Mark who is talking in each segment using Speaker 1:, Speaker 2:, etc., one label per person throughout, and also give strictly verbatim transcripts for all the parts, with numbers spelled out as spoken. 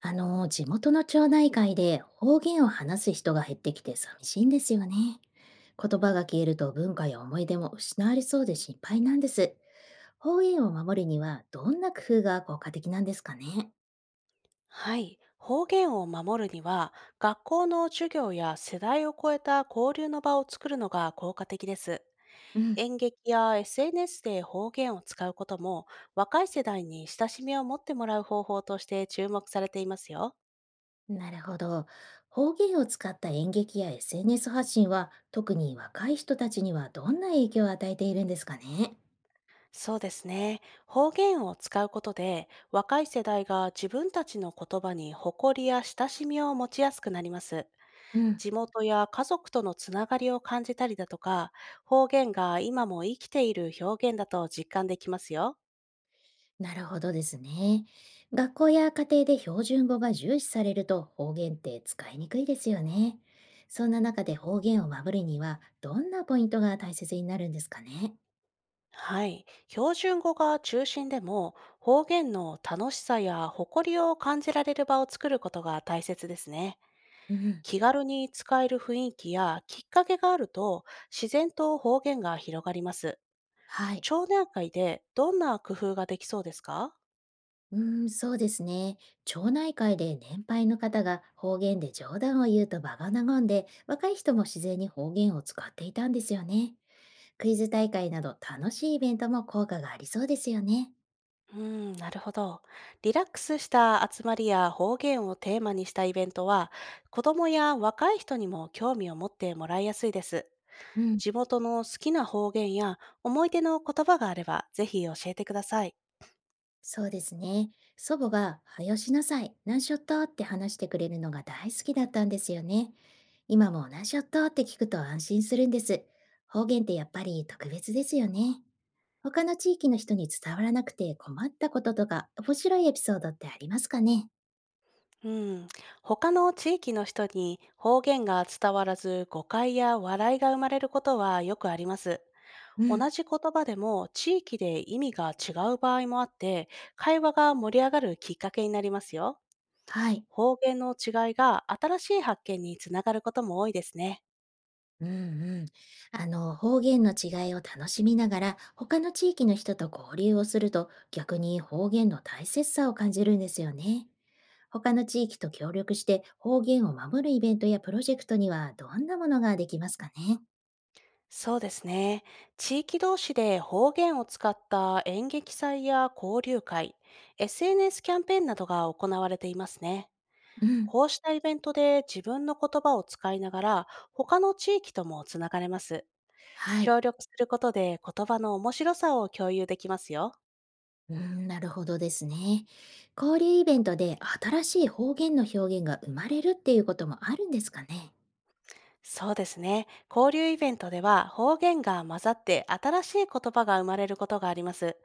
Speaker 1: あの、地元の町内会で方言を話す人が減ってきて寂しいんですよね。言葉が消えると文化や思い出も失われそうで心配なんです。方言を守るにはどんな工夫が効果的なんですかね？
Speaker 2: はい。方言を守るには、学校の授業や世代を超えた交流の場を作るのが効果的です。
Speaker 1: うん、
Speaker 2: 演劇や エスエヌエス で方言を使うことも、若い世代に親しみを持ってもらう方法として注目されていますよ。
Speaker 1: なるほど。方言を使った演劇や エスエヌエス 発信は特に若い人たちにはどんな影響を与えているんですかね？
Speaker 2: そうですね。方言を使うことで、若い世代が自分たちの言葉に誇りや親しみを持ちやすくなります。
Speaker 1: うん、
Speaker 2: 地元や家族とのつながりを感じたりだとか、方言が今も生きている表現だと実感できますよ。
Speaker 1: なるほどですね。学校や家庭で標準語が重視されると方言って使いにくいですよね。そんな中で方言を守るにはどんなポイントが大切になるんですかね？
Speaker 2: はい。標準語が中心でも、方言の楽しさや誇りを感じられる場を作ることが大切ですね。
Speaker 1: うん、
Speaker 2: 気軽に使える雰囲気やきっかけがあると、自然と方言が広がります。
Speaker 1: はい。
Speaker 2: 町内会でどんな工夫ができそうですか？
Speaker 1: うーん、そうですね。町内会で年配の方が方言で冗談を言うと場が和んで、若い人も自然に方言を使っていたんですよね。クイズ大会など楽しいイベントも効果がありそうですよね。
Speaker 2: うん、なるほど。リラックスした集まりや方言をテーマにしたイベントは、子どもや若い人にも興味を持ってもらいやすいです。
Speaker 1: うん。
Speaker 2: 地元の好きな方言や思い出の言葉があれば、ぜひ教えてください。
Speaker 1: そうですね。祖母が、はよしなさい、何ショットって話してくれるのが大好きだったんですよね。今も何ショットって聞くと安心するんです。方言ってやっぱり特別ですよね。他の地域の人に伝わらなくて困ったこととか、面白いエピソードってありますかね？
Speaker 2: うん、他の地域の人に方言が伝わらず誤解や笑いが生まれることはよくあります。
Speaker 1: う
Speaker 2: 同
Speaker 1: ん、
Speaker 2: じ言葉でも地域で意味が違う場合もあって、会話が盛り上がるきっかけになりますよ。
Speaker 1: はい。
Speaker 2: 方言の違いが新しい発見につながることも多いですね。
Speaker 1: うんうん。あの、方言の違いを楽しみながら、他の地域の人と交流をすると、逆に方言の大切さを感じるんですよね。他の地域と協力して方言を守るイベントやプロジェクトにはどんなものができますかね？
Speaker 2: そうですね。地域同士で方言を使った演劇祭や交流会、エスエヌエス キャンペーンなどが行われていますね。
Speaker 1: うん。
Speaker 2: こうしたイベントで自分の言葉を使いながら他の地域ともつながれます。
Speaker 1: はい。
Speaker 2: 協力することで言葉の面白さを共有できますよ。
Speaker 1: うん、なるほどですね。交流イベントで新しい方言の表現が生まれるっていうこともあるんですかね？
Speaker 2: そうですね。交流イベントでは方言が混ざって新しい言葉が生まれることがあります。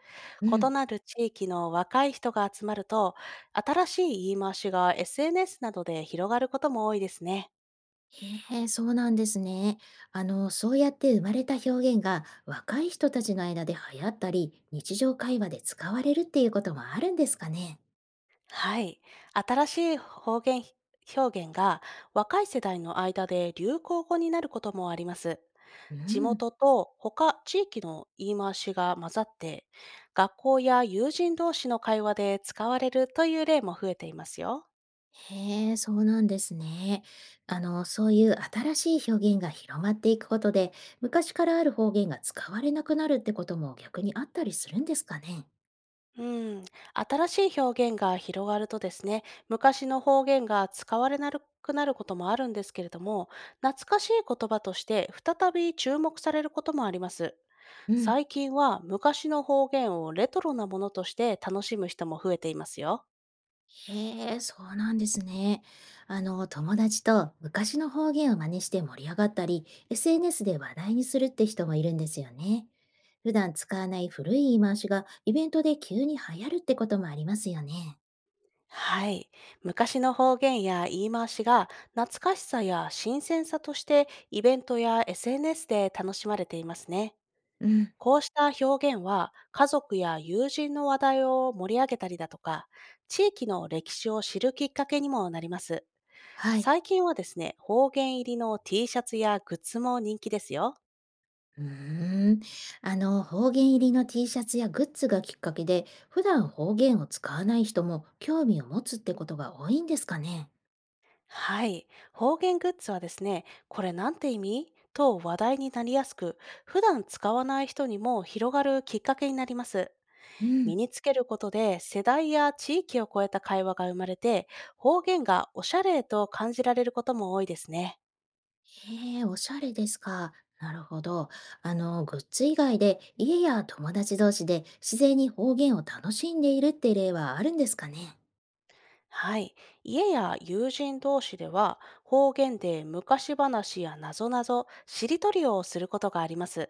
Speaker 1: う
Speaker 2: 異
Speaker 1: ん。
Speaker 2: なる地域の若い人が集まると、新しい言い回しが エスエヌエス などで広がることも多いですね。
Speaker 1: へえ、そうなんですね。あの、そうやって生まれた表現が若い人たちの間で流行ったり、日常会話で使われるっていうこともあるんですかね？
Speaker 2: はい。新しい方言表現が若い世代の間で流行語になることもあります。
Speaker 1: う
Speaker 2: 地
Speaker 1: ん。
Speaker 2: 元と他地域の言い回しが混ざって、学校や友人同士の会話で使われるという例も増えていますよ。
Speaker 1: へえ、そうなんですね。あの、そういう新しい表現が広まっていくことで、昔からある方言が使われなくなるってことも逆にあったりするんですかね。
Speaker 2: うん、新しい表現が広がるとですね、昔の方言が使われなくなることもあるんですけれども、懐かしい言葉として再び注目されることもあります。
Speaker 1: うん、
Speaker 2: 最近は昔の方言をレトロなものとして楽しむ人も増えていますよ。
Speaker 1: へえ、そうなんですね。あの、友達と昔の方言を真似して盛り上がったり、エスエヌエス で話題にするって人もいるんですよね。普段使わない古い言い回しがイベントで急に流行るってこともありますよね。
Speaker 2: はい。昔の方言や言い回しが懐かしさや新鮮さとしてイベントや エスエヌエス で楽しまれていますね。
Speaker 1: うん、
Speaker 2: こうした表現は、家族や友人の話題を盛り上げたりだとか、地域の歴史を知るきっかけにもなります。
Speaker 1: はい。
Speaker 2: 最近はですね、方言入りの ティーシャツやグッズも人気ですよ。
Speaker 1: うーん、あの方言入りの T シャツやグッズがきっかけで、普段方言を使わない人も興味を持つってことが多いんですかね。
Speaker 2: はい。方言グッズはですね、これなんて意味と話題になりやすく、普段使わない人にも広がるきっかけになります。
Speaker 1: う
Speaker 2: 身
Speaker 1: ん。
Speaker 2: につけることで世代や地域を超えた会話が生まれて、方言がおしゃれと感じられることも多いですね。
Speaker 1: へえ、おしゃれですか。なるほど。あの、グッズ以外で家や友達同士で自然に方言を楽しんでいるって例はあるんですかね。
Speaker 2: はい。家や友人同士では、方言で昔話やなぞなぞ、しりとりをすることがあります。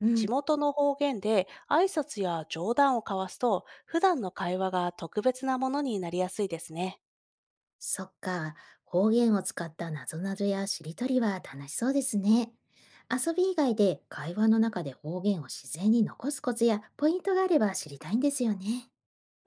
Speaker 1: う
Speaker 2: 地
Speaker 1: ん。
Speaker 2: 元の方言で挨拶や冗談を交わすと、普段の会話が特別なものになりやすいですね。
Speaker 1: そっか、方言を使ったなぞなぞやしりとりは楽しそうですね。遊び以外で会話の中で方言を自然に残すコツやポイントがあれば知りたいんですよね。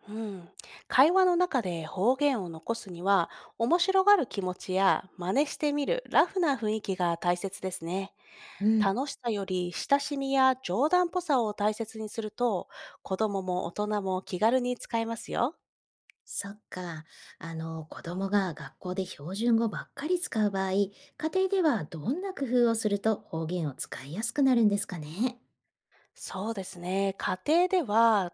Speaker 2: うん。会話の中で方言を残すには、面白がる気持ちや真似してみるラフな雰囲気が大切ですね。
Speaker 1: うん。
Speaker 2: 楽しさより親しみや冗談っぽさを大切にすると、子供も大人も気軽に使えますよ。
Speaker 1: そっか。あの、子供が学校で標準語ばっかり使う場合、家庭ではどんな工夫をすると方言を使いやすくなるんですかね？
Speaker 2: そうですね。家庭では、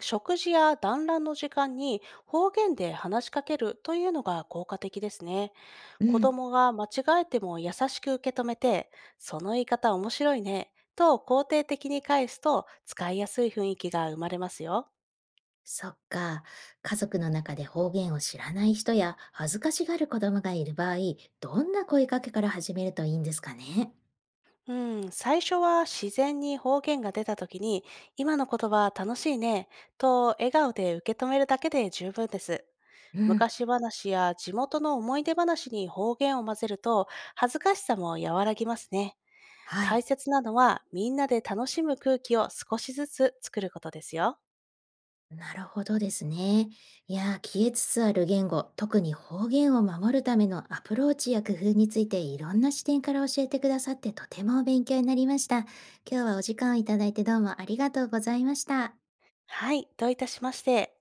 Speaker 2: 食事や団らんの時間に方言で話しかけるというのが効果的ですね。
Speaker 1: う
Speaker 2: 子
Speaker 1: ん。
Speaker 2: 供が間違えても優しく受け止めて、その言い方面白いね、と肯定的に返すと使いやすい雰囲気が生まれますよ。
Speaker 1: そっか。家族の中で方言を知らない人や恥ずかしがる子供がいる場合、どんな声かけから始めるといいんですかね？
Speaker 2: うん、最初は自然に方言が出た時に、今の言葉楽しいね、と笑顔で受け止めるだけで十分です。
Speaker 1: うん。
Speaker 2: 昔話や地元の思い出話に方言を混ぜると、恥ずかしさも和らぎますね。
Speaker 1: は
Speaker 2: 大
Speaker 1: い。
Speaker 2: 切なのは、みんなで楽しむ空気を少しずつ作ることですよ。
Speaker 1: なるほどですね。いやー、消えつつある言語、特に方言を守るためのアプローチや工夫についていろんな視点から教えてくださってとても勉強になりました。今日はお時間をいただいてどうもありがとうございました。
Speaker 2: はい、どういたしまして。